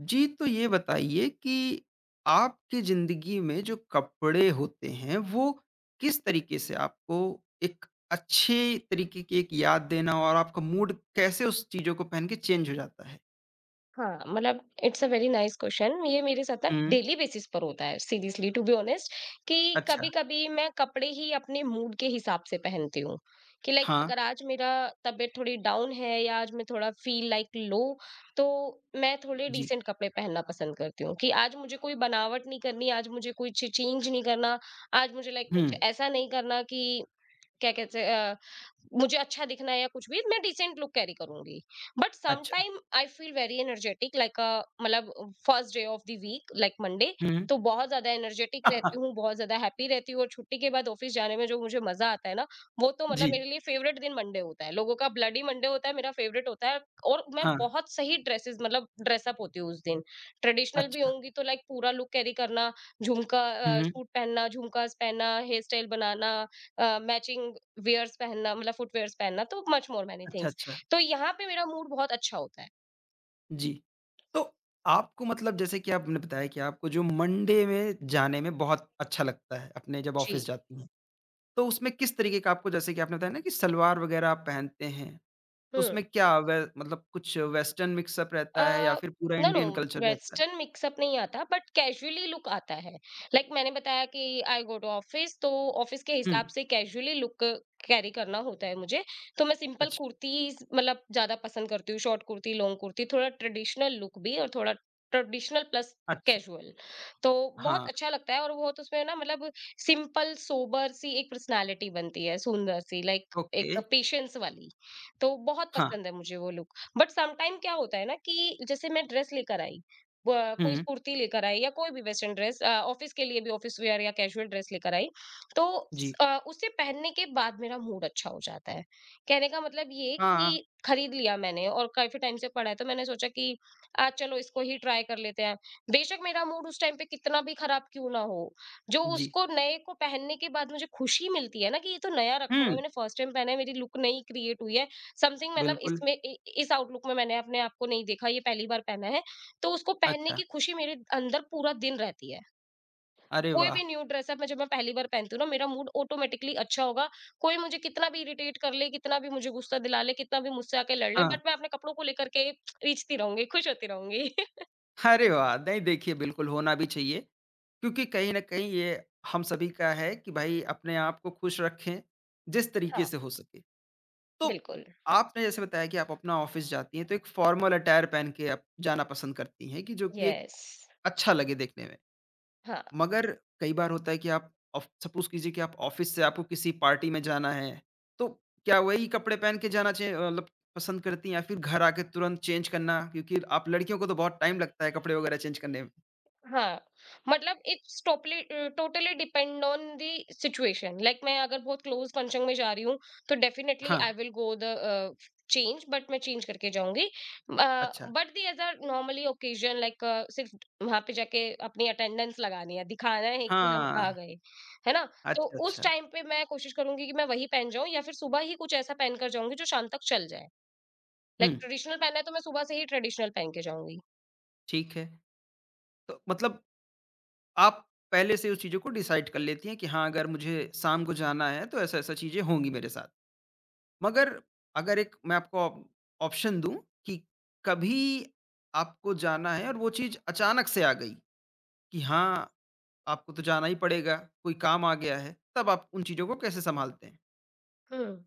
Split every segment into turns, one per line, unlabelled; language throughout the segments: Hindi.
जी, तो ये बताइए कि आपकी ज़िंदगी में जो कपड़े होते हैं, वो किस तरीके से आपको एक अच्छे तरीके की एक याद देना और आपका मूड कैसे उस चीज़ों को पहन के चेंज हो जाता है?
हाँ, मतलब it's a very nice question. ये मेरे साथ ना
हुँ,
डेली बेसिस पर होता है सीरियसली टू बी ऑनेस्ट कि
अच्छा।
कभी-कभी मैं कपड़े ही अपने मूड के हिसाब से पहनती हूँ, कि लाइक
हाँ,
अगर आज मेरा तबीयत थोड़ी डाउन है या आज मैं थोड़ा फ़ील लाइक लो तो मैं थोड़े
जी।
डिसेंट कपड़े पहनना पसंद करती हूँ कि आज मुझे कोई बनावट नहीं करनी, आज मुझे कुछ चेंज नहीं करना, आज मुझे लाइक
हुँ,
कुछ ऐसा नहीं करना कि क्या कहते हैं, मुझे अच्छा दिखना है या कुछ भी मैं डिसेंट लुक कैरी करूंगी। बट सम
अच्छा।
Time I feel very energetic like मतलब first day of the week like Monday
हुँ।
तो बहुत ज्यादा एनर्जेटिक रहती हूँ, बहुत ज्यादा हैप्पी रहती हूँ और छुट्टी के बाद ऑफिस जाने में जो मुझे मजा आता है ना, वो तो मतलब मेरे
जी,
लिए फेवरेट दिन मंडे होता है। लोगों का ब्लडी मंडे होता है, मेरा फेवरेट होता है और मैं
हाँ,
बहुत सही ड्रेसेस मतलब ड्रेसअप होती हूँ उस दिन। ट्रेडिशनल भी
अच्छा।
होंगी तो लाइक पूरा लुक कैरी करना, झुमका
हुँ,
सूट पहनना, झुमकास पहनना, हेयर स्टाइल बनाना, मैचिंग वियर्स पहनना मतलब फुटवेयर्स पहनना, तो मच मोर मेनी
अच्छा,
थिंग्स।
अच्छा।
तो यहाँ पे मेरा मूड बहुत अच्छा होता है।
जी, तो आपको मतलब जैसे कि आपने बताया कि आपको जो मंडे में जाने में बहुत अच्छा लगता है, अपने जब
जी।
ऑफ़िस जाती हैं। तो उसमें किस तरीके का आपको जैसे कि आपने बताया ना कि सलवार वगैरह आप पहनते हैं, तो
हम्म।
उसमें क्या वे मतलब कुछ वेस्टर्न मिक्सअप
अ,
रहता है या फिर पूरा
नो नो,
इंडियन कल्चर रहता है?
वेस्टर्न मिक्सअप नहीं आता बट कैजुअली लुक आता है। लाइक मैंने बताया कि आई गो टू ऑफिस, तो ऑफिस के
हुँ,
हिसाब से कैजुअली लुक कैरी करना होता है मुझे। तो मैं सिंपल
अच्छा,
कुर्ती मतलब ज्यादा पसंद करती हूँ, शॉर्ट कुर्ती, लॉन्ग कुर्ती, थोड़ा ट्रेडिशनल लुक भी और थोड़ा ट्रेडिशनल प्लस
अच्छा,
कैजुअल, तो बहुत
हाँ,
अच्छा लगता है। और बहुत उसमें ना मतलब सिंपल सोबर सी एक पर्सनालिटी बनती है, सुंदर सी, लाइक
ओके,
एक पेशेंस वाली। तो बहुत
हाँ,
पसंद है मुझे वो लुक। बट समटाइम क्या होता है ना कि जैसे मैं ड्रेस लेकर आई, कोई
हुँ,
कुर्ती लेकर आई या कोई भी वेस्टर्न ड्रेस ऑफिस के लिए भी, ऑफिस वेयर या कैजुअल ड्रेस लेकर आई, तो
जी,
उसे पहनने के बाद मेरा मूड अच्छा हो जाता है। कहने का मतलब ये कि
हाँ,
खरीद लिया मैंने और काफी टाइम से पड़ा है, तो मैंने सोचा कि आज चलो इसको ही ट्राई कर लेते हैं। बेशक मेरा मूड उस टाइम पे कितना भी खराब क्यों ना हो, जो
जी,
उसको नए को पहनने के बाद मुझे खुशी मिलती है ना कि ये तो नया रखा हुआ
हुँ,
है, मैंने फर्स्ट टाइम पहना है, मेरी लुक नई क्रिएट हुई है, समथिंग मतलब
बिल्कुल,
इसमें इस आउटलुक में मैंने अपने आप को नहीं देखा, ये पहली बार पहना है, तो उसको पहनने
अच्छा,
की खुशी मेरे अंदर पूरा दिन रहती है।
अरे
कोई
वाह!
भी न्यू ड्रेसअप में जब मैं पहली बार पहनती हूँ ना, मेरा मूड ऑटोमेटिकली अच्छा होगा। कोई मुझे कितना भी इरिटेट कर ले, कितना भी मुझे गुस्सा दिला ले, कितना भी मुझसे आके लड़ ले,
हाँ,
बट मैं अपने कपड़ों को लेकर के रीझती रहूंगी, खुश होती रहूंगी।
अरे वाह! नहीं देखिए बिल्कुल होना भी चाहिए, क्योंकि कहीं न कहीं ये हम सभी का है कि भाई अपने आप को खुश रखें, जिस तरीके
हाँ,
से हो सके। तो
बिल्कुल।
आपने जैसे बताया कि आप अपना ऑफिस जाती हैं तो एक फॉर्मल अटायर पहन के आप जाना पसंद करती हैं कि जो कि एक
यस।
अच्छा लगे देखने में।
हाँ।
मगर कई बार होता है कि आप ऑफ सपोज़ कीजिए कि आप ऑफिस से आपको किसी पार्टी में जाना है, तो क्या वही कपड़े पहन के जाना चाहिए मतलब पसंद करती हैं या फिर घर आके तुरंत चेंज करना? क्योंकि आप लड़कियों को तो बहुत टाइम लगता है कपड़े वगैरह चेंज करने में।
हाँ, मतलब totally depend on the situation. Like मैं अगर बहुत क्लोज फंक्शन में जा रही हूँ तो डेफिनेटली
हाँ,
I will go the change, but मैं चेंज करके जाऊंगी।
अच्छा।
But the other normally occasion like सिर्फ वहां पे जाके अपनी अटेंडेंस लगानी है, दिखाना है कि हम आ
हाँ,
गए, है ना। तो
अच्छा,
उस
अच्छा।
टाइम पे मैं कोशिश करूंगी कि मैं वही पहन जाऊं या फिर सुबह ही कुछ ऐसा पहन कर जाऊंगी जो शाम तक चल जाए।
हुँ,
लाइक ट्रेडिशनल पहनना है तो मैं सुबह से ही ट्रेडिशनल पहन के जाऊंगी।
ठीक है। तो मतलब आप पहले से उस चीज़ों को डिसाइड कर लेती हैं कि हाँ, अगर मुझे शाम को जाना है तो ऐसा-ऐसा चीज़ें होंगी मेरे साथ। मगर अगर एक मैं आपको ऑप ऑप्शन दूँ कि कभी आपको जाना है और वो चीज़ अचानक से आ गई कि हाँ, आपको तो जाना ही पड़ेगा, कोई काम आ गया है, तब आप उन चीज़ों को कैसे सँभालते हैं?
हम्म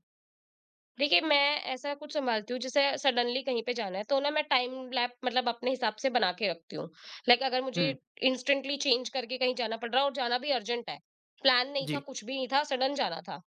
देखिए, मैं ऐसा कुछ सँभालती हूँ जैसे सडनली कहीं पे जाना है तो ना मैं टाइम लैप मतलब अपने हिसाब से बना के रखती हूँ। लाइक अगर मुझे
हुँ,
इंस्टेंटली चेंज करके कहीं जाना पड़ रहा है और जाना भी अर्जेंट है, प्लान नहीं था,
जी।
कुछ भी नहीं था, सडन जाना था,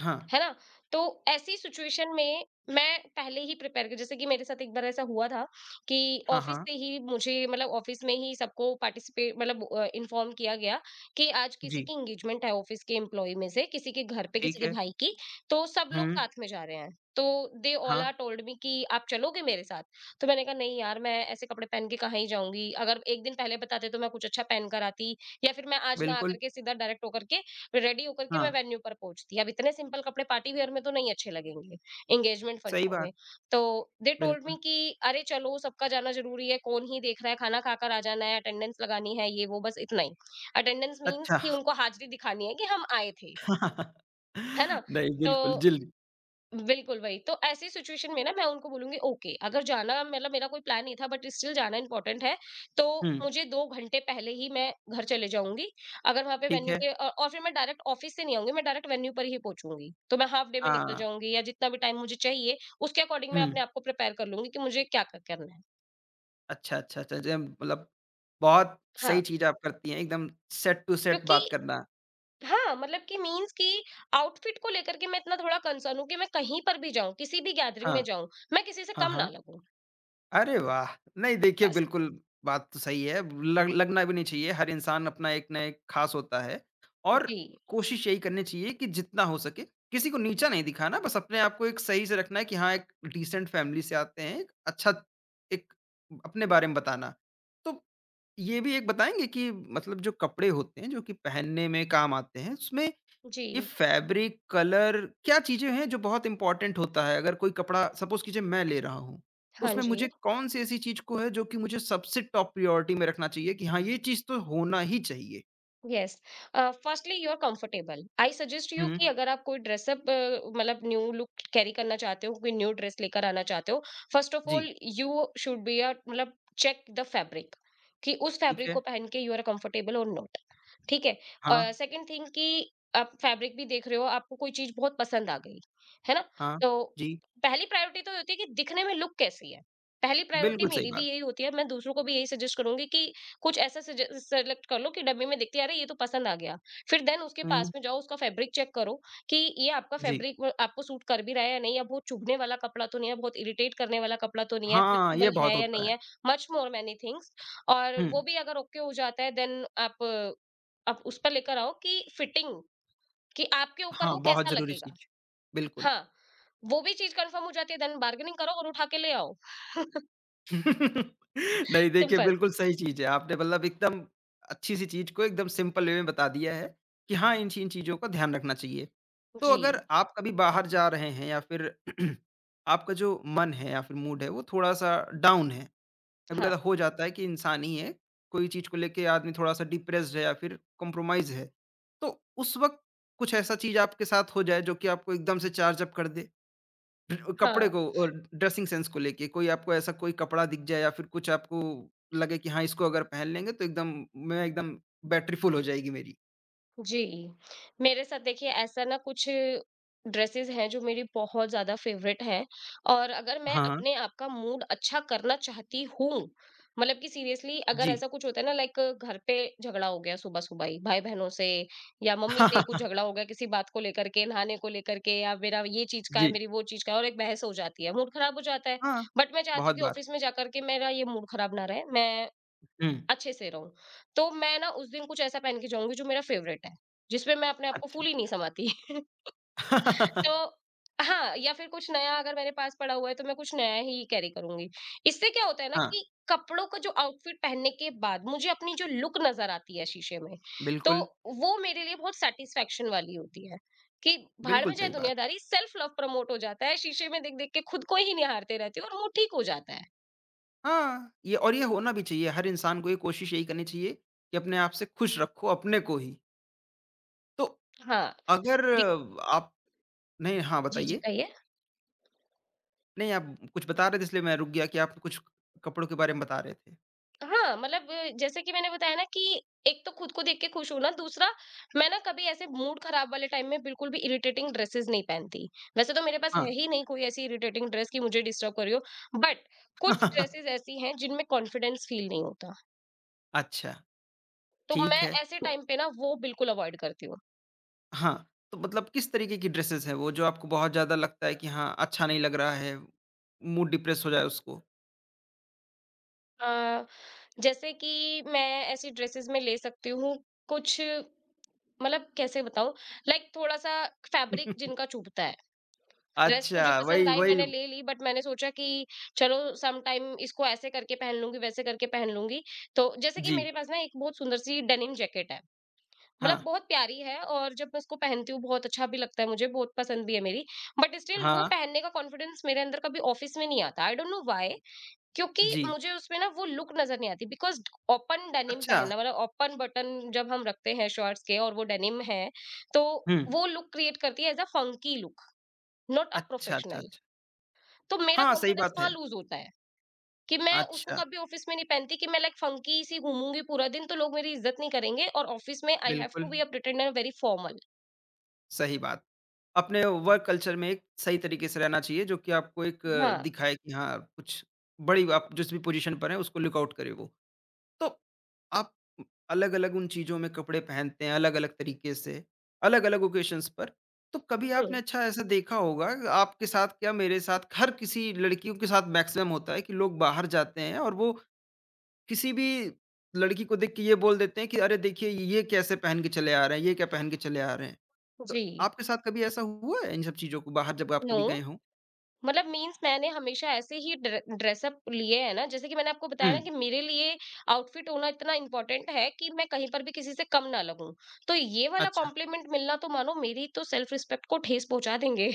हाँ।
है ना? तो ऐसी सिचुएशन में मैं पहले ही प्रिपेयर कर, जैसे कि मेरे साथ एक बार ऐसा हुआ था कि
हाँ,
ऑफिस
हाँ।
से ही मुझे मतलब ऑफिस में ही सबको पार्टिसिपेट मतलब इन्फॉर्म किया गया कि आज किसी
जी,
की एंगेजमेंट है ऑफिस के एम्प्लॉयी में से, किसी के घर पे किसी
ठीक
के
है।
भाई की, तो सब लोग
हुँ,
साथ में जा रहे हैं। तो दे ऑल
हाँ,
आर टोल्ड मी कि आप चलोगे मेरे साथ? तो मैंने कहा, नहीं यार मैं ऐसे कपड़े पहन के कहाँ ही जाऊँगी, अगर 1 दिन पहले बताते तो मैं कुछ अच्छा पहन कर आती या फिर मैं आज ना
बिल्कुल।
आकर के सीधा डायरेक्ट होकर के रेडी होकर के
हाँ,
मैं वेन्यू पर पहुँचती। अब इतने सिंपल कपड़े पार्टी वियर में तो नहीं अच्छे लगेंगे, एंगेजमेंट
सही
फंक्शन
बात,
में। तो दे टोल्ड
बिल्कुल।
मी कि अरे चलो सबका जाना ज़रूरी है, कौन ही देख रहा है, खाना खाकर आ जाना है, अटेंडेंस लगानी है, ये वो बस इतना ही। अटेंडेंस मीन्स
अच्छा।
कि उनको हाज़िरी दिखानी है कि हम आए थे, है ना?
नहीं,
तो
बिल्कुल, जल्दी।
बिल्कुल वही। तो ऐसी सिचुएशन में ना मैं उनको बोलूँगी ओके, अगर जाना मतलब मेरा कोई प्लान नहीं था बट स्टिल जाना इम्पोर्टेंट है, तो
हुँ,
मुझे 2 घंटे पहले ही मैं घर चले जाऊँगी। अगर वहाँ पे
ठीक
वेन्यू
है।
पे और फिर मैं डायरेक्ट ऑफिस से नहीं आऊँगी, मैं डायरेक्ट वेन्यू पर ही पहुँचूँगी। तो मैं हाल्फ डे में निकल
हाँ,
जाऊँगी या जितना भी टाइम मुझे चाहिए, उसके अकॉर्डिंग मैं
हुँ।
अपने आप को प्रिपेयर कर लूँगी कि मुझे क्या-क्या करना है।
अच्छा, अच्छा, अच्छा, जब मतलब बहुत
हाँ,
सही चीज़ आप करती हैं, एकदम सेट टू सेट
क्योंकि
बात करना।
हाँ, मतलब कि मीन्स कि आउटफिट को लेकर के मैं इतना थोड़ा कंसर्न हूँ कि मैं कहीं पर भी जाऊँ, किसी भी गैदरिंग में
हाँ,
जाऊँ, मैं किसी से
हाँ,
कम ना
हाँ।
लगूँ।
अरे वाह! नहीं देखिए
बस।
बिल्कुल बात तो सही है, लग लगना भी नहीं चाहिए, हर इंसान अपना एक ना एक ख़ास होता है और
जी,
कोशिश यही करनी चाहिए कि जितना हो सके, किसी को नीचा नहीं दिखाना, बस अपने आप को एक सही से रखना है कि हाँ, एक डिसेंट फैमिली से आते हैं, एक अच्छा एक अपने बारे में बताना। तो ये भी एक बताएँगे कि मतलब जो कपड़े होते हैं, जो कि पहनने में काम आते हैं, उसमें
जी।
ये फैब्रिक, कलर क्या चीज़ें हैं जो बहुत इम्पोर्टेंट होता है? अगर कोई कपड़ा सपोज़ कीजिए मैं ले रहा हूँ, तो
हाँ
उसमें
जी,
मुझे कौन-सी ऐसी चीज़ को है जो कि मुझे सबसे टॉप प्रायोरिटी में रखना चाहिए कि हाँ, ये चीज़ तो होना ही चाहिए?
Yes. Firstly you are comfortable. I suggest
hmm,
you कि अगर आप कोई ड्रेस अप मतलब न्यू लुक कैरी करना चाहते हो, कोई न्यू ड्रेस लेकर आना चाहते हो, फ़र्स्ट ऑफ
जी,
all you should be a मतलब चेक द फैब्रिक कि उस
ठीक
फैब्रिक
है।
को पहन के यू आर कंफर्टेबल और नॉट, ठीक है?
हाँ,
और सेकंड थिंग कि आप फैब्रिक भी देख रहे हो, आपको कोई चीज़ बहुत पसंद आ गई, है ना?
हाँ,
तो
जी,
पहली प्रायोरिटी तो ये होती है कि दिखने में लुक कैसी है? पहली प्रायोरिटी
बिल्कुल सही
मेरी भी
बात।
यही होती है, मैं दूसरों को भी यही सजेस्ट करूँगी कि कुछ ऐसा सेलेक्ट कर लो कि डब्बे में देखते अरे ये तो पसंद आ गया, फिर देन उसके
हुँ,
पास में जाओ, उसका फैब्रिक चेक करो कि ये आपका
जी।
फैब्रिक आपको सूट कर भी रहा है या नहीं, या बहुत चुभने वाला कपड़ा तो नहीं है, बहुत इरिटेट करने वाला कपड़ा तो नहीं है,
हाँ, ये
फ्लेक्सिबल
बहुत
है या
होता
नहीं
है।
है, मच मोर मैनी थिंग्स। और
हुँ,
वो भी अगर ओके हो जाता है देन आप उस पर लेकर आओ कि फिटिंग, कि आपके ऊपर
हाँ,
वो
बहुत
कैसा
ज़रूरी
लगेगा।
चीज़। बिल्कुल।
हाँ। वो भी चीज कंफर्म हो जाती है देन बार्गेनिंग करो और उठा के ले आओ।
नहीं देखिए,
सिंपल।
बिल्कुल सही चीज़ है। आपने मतलब एकदम अच्छी-सी चीज़ को एकदम सिंपल वे में बता दिया है कि हाँ, इन चीज़ों का ध्यान रखना चाहिए। तो
जी।
अगर आप कभी बाहर जा रहे हैं या फिर आपका जो मन है या फिर मूड है वो थोड़ा-सा डाउन है,
हाँ।
कभी-कदा हो जाता है कि इंसान ही है, कोई चीज़ को लेके आदमी थोड़ा-सा डिप्रेस्ड है या फिर कॉम्प्रोमाइज़ है। तो उस वक़्त कुछ ऐसा चीज़ आपके साथ हो जाए जो कि आपको एकदम से चार्ज अप कर दे? ड
हाँ
कपड़े को और ड्रेसिंग सेंस को लेके कोई आपको ऐसा कोई कपड़ा दिख जाए या फिर कुछ आपको लगे कि हाँ, इसको अगर पहन लेंगे तो एकदम बैटरी फुल हो जाएगी मेरी।
जी, मेरे साथ देखिए ऐसा ना, कुछ ड्रेसेस हैं जो मेरी बहुत ज़्यादा फ़ेवरेट हैं और अगर मैं
हाँ,
अपने आप का मूड अच्छा करना चाहती हूँ, मतलब कि सीरियसली अगर
जी।
ऐसा कुछ होता है ना, लाइक घर पे झगड़ा हो गया सुबह-सुबह ही भाई-बहनों से या मम्मी
हाँ
से कुछ
हाँ
झगड़ा हो गया किसी बात को लेकर के, नहाने को लेकर के या मेरा ये चीज़ का है,
जी।
मेरी वो चीज़ का है और एक बहस हो जाती है, मूड खराब हो जाता है।
हाँ,
बट मैं चाहती
बहुत
हूँ कि
बार।
ऑफ़िस में जाकर के मेरा ये मूड खराब ना रहे, मैं
हुँ,
अच्छे से रहूँ। तो मैं ना उस दिन कुछ ऐसा पहन के जाऊँगी जो मेरा फ़ेवरेट है, जिसमें मैं अपने आप को
अच्छा।
फूल ही नहीं समाती। तो हाँ, या फिर कुछ नया अगर मेरे पास पड़ा हुआ है तो मैं कुछ नया ही कैरी करूँगी। इससे क्या होता है ना
हाँ,
कि कपड़ों का जो आउटफिट पहनने के बाद मुझे अपनी जो लुक नज़र आती है शीशे में, तो
बिल्कुल,
वो मेरे लिए बहुत सैटिस्फैक्शन वाली होती है कि भाड़
बिल्कुल
में जाए
सही बात।
दुनियादारी, सेल्फ लव प्रमोट हो जाता है, शीशे में देख-देख के खुद को ही निहारते रहती हो और मूड ठीक हो जाता है।
हाँ, ये और ये होना भी चाहिए, हर इंसान को ये कोशिश यही करनी चाहिए कि अपने आप से खुश रखो अपने को ही। तो
हाँ।
अगर
जी,
आप नहीं हाँ,
जी, जी,
बताइए?
कहिए।
नहीं, आप कुछ बता रहे थे इसलिए मैं रुक गया कि आप कुछ कपड़ों के बारे में बता रहे थे।
हाँ, मतलब जैसे कि मैंने बताया ना कि एक तो खुद को देख के खुश होना, दूसरा मैं ना कभी ऐसे मूड खराब वाले टाइम में बिल्कुल भी इरिटेटिंग ड्रेसेस नहीं पहनती। वैसे तो मेरे पास
हाँ।
है ही नहीं कोई ऐसी इरिटेटिंग ड्रेस कि मुझे डिस्टर्ब कर रही हो, बट कुछ ड्रेसेस ऐसी हैं जिनमें कॉन्फिडेंस फील नहीं होता,
अच्छा,
तो मैं
ठीक है।
ऐसे
तो
टाइम पे ना वो बिल्कुल अवॉइड करती हूँ।
हाँ, तो मतलब किस तरीके की ड्रेसेज़ हैं वो जो आपको बहुत ज़्यादा लगता है कि हाँ, अच्छा नहीं लग रहा है, मूड डिप्रेस हो जाए उसको?
अ, जैसे कि मैं ऐसी ड्रेसेस में ले सकती हूँ कुछ, मतलब कैसे बताऊँ, लाइक थोड़ा-सा फैब्रिक जिनका चुभता है। ड्रेस
अच्छा,
मुझे पसंद
वही
आई,
वही
मैंने ले ली, बट मैंने सोचा कि चलो सम टाइम इसको ऐसे करके पहन लूंगी, वैसे करके पहन लूंगी। तो जैसे कि
जी।
मेरे पास ना एक बहुत सुंदर सी डेनिम जैकेट है, मतलब
हाँ,
बहुत प्यारी है और जब मैं उसको पहनती हूँ बहुत अच्छा भी लगता है, मुझे बहुत पसंद भी है मेरी, बट स्टिल वो
हाँ,
पहनने का कॉन्फिडेंस मेरे अंदर कभी ऑफिस में नहीं आता। I don't know why. क्योंकि
जी।
मुझे उसमें ना वो लुक नजर नहीं आती बिकॉज ओपन डेनिम
अच्छा।
पहनना मतलब ओपन बटन जब हम रखते हैं शॉर्ट्स के और वो डेनिम है, तो
हुँ।
वो लुक क्रिएट करती है as a funky look, not a
अच्छा, अच्छा,
प्रोफेशनल।
अच्छा।
तो मेरा
हाँ, सही
कॉन्फिडेंस
बात
वहाँ
है।
लूज़ होता है कि मैं उसको
अच्छा,
कभी ऑफिस में नहीं पहनती। कि मैं लाइक फंकी सी घूमूंगी पूरा दिन तो लोग मेरी इज्जत नहीं करेंगे और ऑफिस में आई हैव
बिल्कुल,
to be a pretender very formal.
सही बात। अपने वर्क कल्चर में एक सही तरीके से रहना चाहिए, जो कि आपको एक
हाँ,
दिखाए कि हाँ, कुछ बड़ी आप जिस भी पोज़ीशन पर हैं, उसको लुकआउट करे वो। तो आप अलग-अलग उन चीज़ों में कपड़े पहनते हैं, अलग-अलग तरीके से, अलग-अलग ओकेशन्स पर। तो कभी आपने
हम्म,
अच्छा ऐसा देखा होगा, कि आपके साथ क्या मेरे साथ हर किसी लड़कियों के साथ मैक्सिमम होता है कि लोग बाहर जाते हैं और वो किसी भी लड़की को देख के ये बोल देते हैं कि, "अरे! देखिए, ये कैसे पहन के चले आ रहे हैं, ये क्या पहन के चले आ रहे हैं।" तो
जी।
आपके साथ कभी ऐसा हुआ है इन सब चीज़ों को बाहर जब आप
नो,
कभी गए हों?
मतलब मींस मैंने हमेशा ऐसे ही ड्रेसअप लिए है ना। जैसे कि मैंने आपको बताया ना
हुँ।
कि मेरे लिए आउटफिट होना इतना इंपॉर्टेंट है कि मैं कहीं पर भी किसी से कम ना लगूं। तो ये वाला
अच्छा।
कॉम्प्लीमेंट मिलना तो मानो मेरी तो सेल्फ रिस्पेक्ट को ठेस पहुंचा देंगे।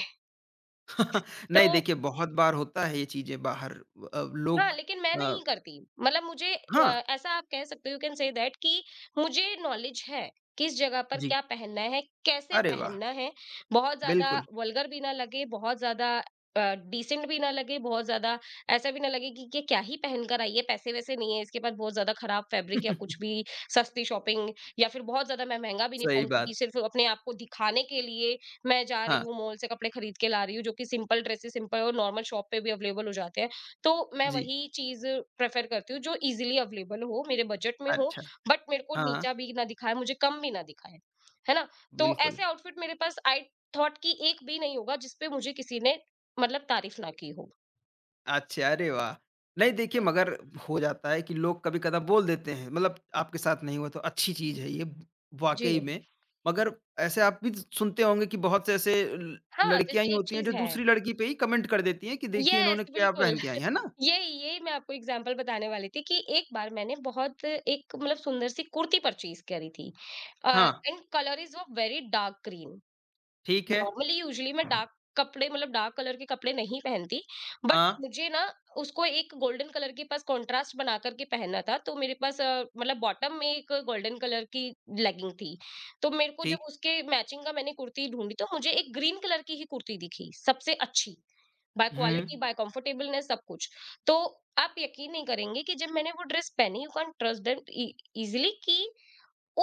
तो
नहीं देखिए बहुत बार होता है ये चीज़ें बाहर
हाँ,
लोग
लेकिन मैं
अ,
नहीं करती। मतलब मुझे
हाँ,
ऐसा आप कह सकते हो, यू कैन से दैट कि मुझे नॉलेज है, किस जगह पर
जी।
क्या पहनना है, कैसे
अरे वाह!
पहनना है। बहुत ज़्यादा
बिल्कुल।
वल्गर भी ना लगे, बहुत ज़्यादा अ, डिसेंट भी ना लगे, बहुत ज़्यादा ऐसा भी ना लगे कि ये क्या ही पहन कर आई है, पैसे-वैसे नहीं है, इसके पास बहुत ज़्यादा खराब फैब्रिक या कुछ भी सस्ती शॉपिंग, या फिर बहुत ज़्यादा मैं महँगा भी नहीं
सही
पहनती कि
बात।
सिर्फ़ अपने आप को दिखाने के लिए मैं जा रही
हाँ,
हूँ मॉल से कपड़े खरीद के ला रही हूँ, जो कि सिंपल ड्रेसेस, सिंपल और नॉर्मल शॉप पे भी अवेलेबल हो जाते हैं। तो मैं
जी।
वही चीज़ प्रेफ़र करती हूँ जो ईज़िली अवेलेबल हो, मेरे बजट में हो,
अच्छा।
बट मेरे को
हाँ,
नीचा भी ना दिखाए, मुझे कम भी ना दिखाए, है ना? तो
बिल्कुल।
ऐसे आउटफिट मेरे पास आई थॉट कि एक भी नहीं होगा जिस पे मुझे किसी ने मतलब तारीफ़ ना की हो।
अच्छा, अरे वाह! नहीं देखिए
यस,
मगर हो जाता है कि लोग कभी-कदा बोल देते हैं, मतलब आपके साथ नहीं हुआ तो अच्छी चीज़ है ये
जी।
वाक़ई में। मगर ऐसे आप भी सुनते होंगे कि बहुत से ऐसे ल
हाँ,
लड़कियाँ ही
जैसे एक
होती हैं जो
चीज़ है।
दूसरी लड़की पे ही कमेंट कर देती हैं कि देखिए
यस,
इन्होंने क्या
बिल्कुल।
पहन के आई है ना?
यही यही मैं आपको एग्ज़ाम्पल बताने वाली थी कि एक बार मैंने बहुत एक मतलब सुंदर-सी कुर्ती परचेज़ करी थी। अ,
हाँ,
and colour is a very dark green.
ठीक है,
नॉर्मली यूजुअली मैं डार्क कपड़े, मतलब डार्क कलर के कपड़े नहीं पहनती, बट
हाँ,
मुझे ना उसको एक गोल्डन कलर के पास कंट्रास्ट बना करके पहनना था। तो मेरे पास मतलब बॉटम में एक गोल्डन कलर की लेगिंग थी। तो मेरे को
ठीक,
जब उसके मैचिंग का मैंने कुर्ती ढूंढी तो मुझे एक ग्रीन कलर की ही कुर्ती दिखी सबसे अच्छी, by
hmm,
quality by comfortableness सब कुछ। तो आप यकीन नहीं करेंगे कि जब मैंने वो ड्रेस पहनी, you can trust them easily कि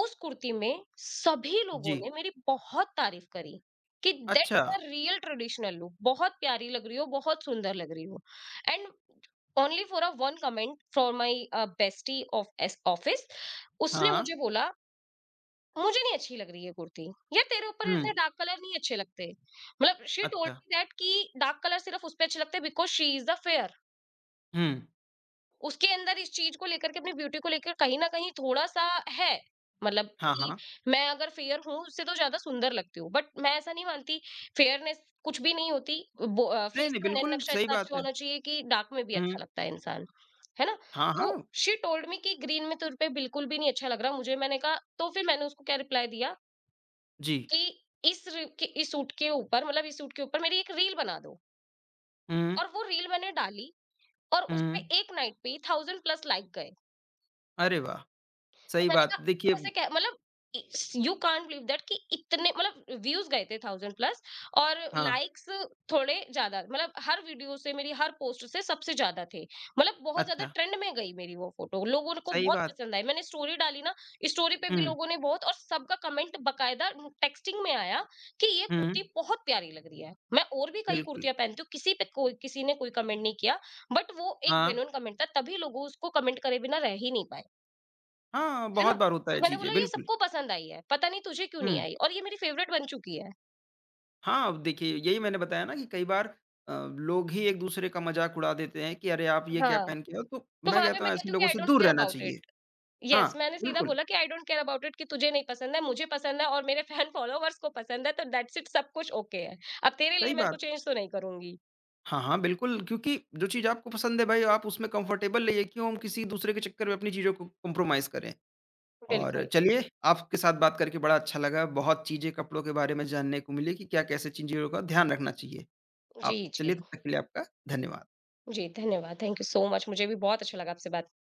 उस कुर्ती में सभी लोगों
जी,
ने मेरी बहुत तारीफ करी कि
अच्छा,
that's a real traditional look, बहुत प्यारी लग रही हो, बहुत सुंदर लग रही हो। And only for a one comment from my bestie of office, उसने
हाँ,
मुझे बोला मुझे नहीं अच्छी लग रही है कुर्ती, या तेरे ऊपर
हुँ,
इतने डार्क कलर नहीं अच्छे लगते। मतलब शी
अच्छा,
टोल्ड मी दैट कि डार्क कलर सिर्फ उस पे अच्छे लगते because she is the fair.
Hmm,
उसके अंदर इस चीज को लेकर के, अपनी ब्यूटी को लेकर कहीं ना कहीं थोड़ा सा है, मतलब
हाँ,
कि
हाँ।
मैं अगर फेयर हूं उससे तो ज्यादा सुंदर लगती हूँ। बट मैं ऐसा नहीं मानती। फेयरनेस कुछ भी नहीं होती,
नहीं,
फेस
नहीं,
का नैन
बिल्कुल
नक्शा
सही
इतना
बात
अच्छा
है।
होना चाहिए कि डार्क में भी
हुँ,
अच्छा लगता है इंसान, है ना?
हाँ,
तो
हाँ,
शी टोल्ड मी कि ग्रीन में तुझ पे बिल्कुल भी नहीं अच्छा लग रहा, मुझे मैंने कहा तो फिर मैंने उसको क्या रिप्लाई दिया
जी,
कि कि इस सूट के ऊपर, मतलब इस सूट के ऊपर मेरी एक रील बना दो।
हुँ,
और वो रील मैंने डाली और उसपे
हुँ,
एक नाइट पे थाउजेंड प्लस लाइक गए।
अरे वाह!
तो
सही
मैंने
बात
कहा
देखिए
कैसे, क्या, मतलब यू कांट बिलीव दैट कि इतने मतलब व्यूज गए थे, थाउजेंड प्लस और
हाँ,
लाइक्स थोड़े ज्यादा, मतलब हर वीडियो से मेरी हर पोस्ट से सबसे ज्यादा थे। मतलब बहुत ज्यादा
अच्छा,
ट्रेंड में गई मेरी वो फोटो, लोगों को
सही
बहुत
बात।
पसंद आई। मैंने स्टोरी डाली ना, स्टोरी पे भी
हुँ,
लोगों ने बहुत, और सबका कमेंट बकायदा टेक्सटिंग में आया कि ये
हुँ,
कुर्ती बहुत प्यारी लग रही है। मैं और भी कई
बिल्कुल।
कुर्तियां पहनती हूँ, किसी पे कोई, किसी ने कोई कमेंट नहीं किया, बट वो एक
हाँ,
जेन्युइन कमेंट था तभी लोगों उसको कमेंट करे बिना रह ही नहीं पाए,
हाँ,
है
बहुत
ना?
बार होता है
तो मैंने
चीज़ें,
बोला ये
बिल्कुल।
सबको पसंद आई है, पता नहीं तुझे क्यों
हुँ,
नहीं आई, और ये मेरी फ़ेवरेट बन चुकी है।
हाँ, अब देखिए यही मैंने बताया ना कि कई बार अ, लोग ही एक-दूसरे का मज़ाक उड़ा देते हैं कि अरे आप ये क्या
हाँ,
पहन के आए हो? तो
तो
मैं
वहाँ पे
कहता हूँ
मैं
ऐसे
कहती हूँ कि
लोगों
आई
से
डोंट
दूर
केयर
रहना
अबाउट इट।
चाहिए। हाँ,
येस, मैंने सीधा
बिल्कुल,
बोला कि I don't care about it, कि तुझे नहीं पसंद है, मुझे पसंद है और मेरे फैन फॉलोवर्स को पसंद है, तो दैट्स इट, सब कुछ ओके है। अब तेरे लिए
सही
मैं इसको
बात।
चेंज तो नहीं करूँगी।
हाँ, हाँ, बिल्कुल क्योंकि जो चीज़ आपको पसंद है भाई आप उसमें कंफर्टेबल रहिए, क्यों हम किसी दूसरे के चक्कर में अपनी चीज़ों को कंप्रोमाइज़ करें। और
बिल्कुल।
चलिए, आपके साथ बात करके बड़ा अच्छा लगा। बहुत चीज़ें कपड़ों के बारे में जानने को मिली कि क्या कैसे चीज़ों का ध्यान रखना चाहिए।
जी,
आप
जी।
चलिए तब तक के लिए आपका धन्यवाद।
जी, धन्यवाद। थैंक यू सो मच, मुझे भी बहुत अच्छा लगा आपसे बात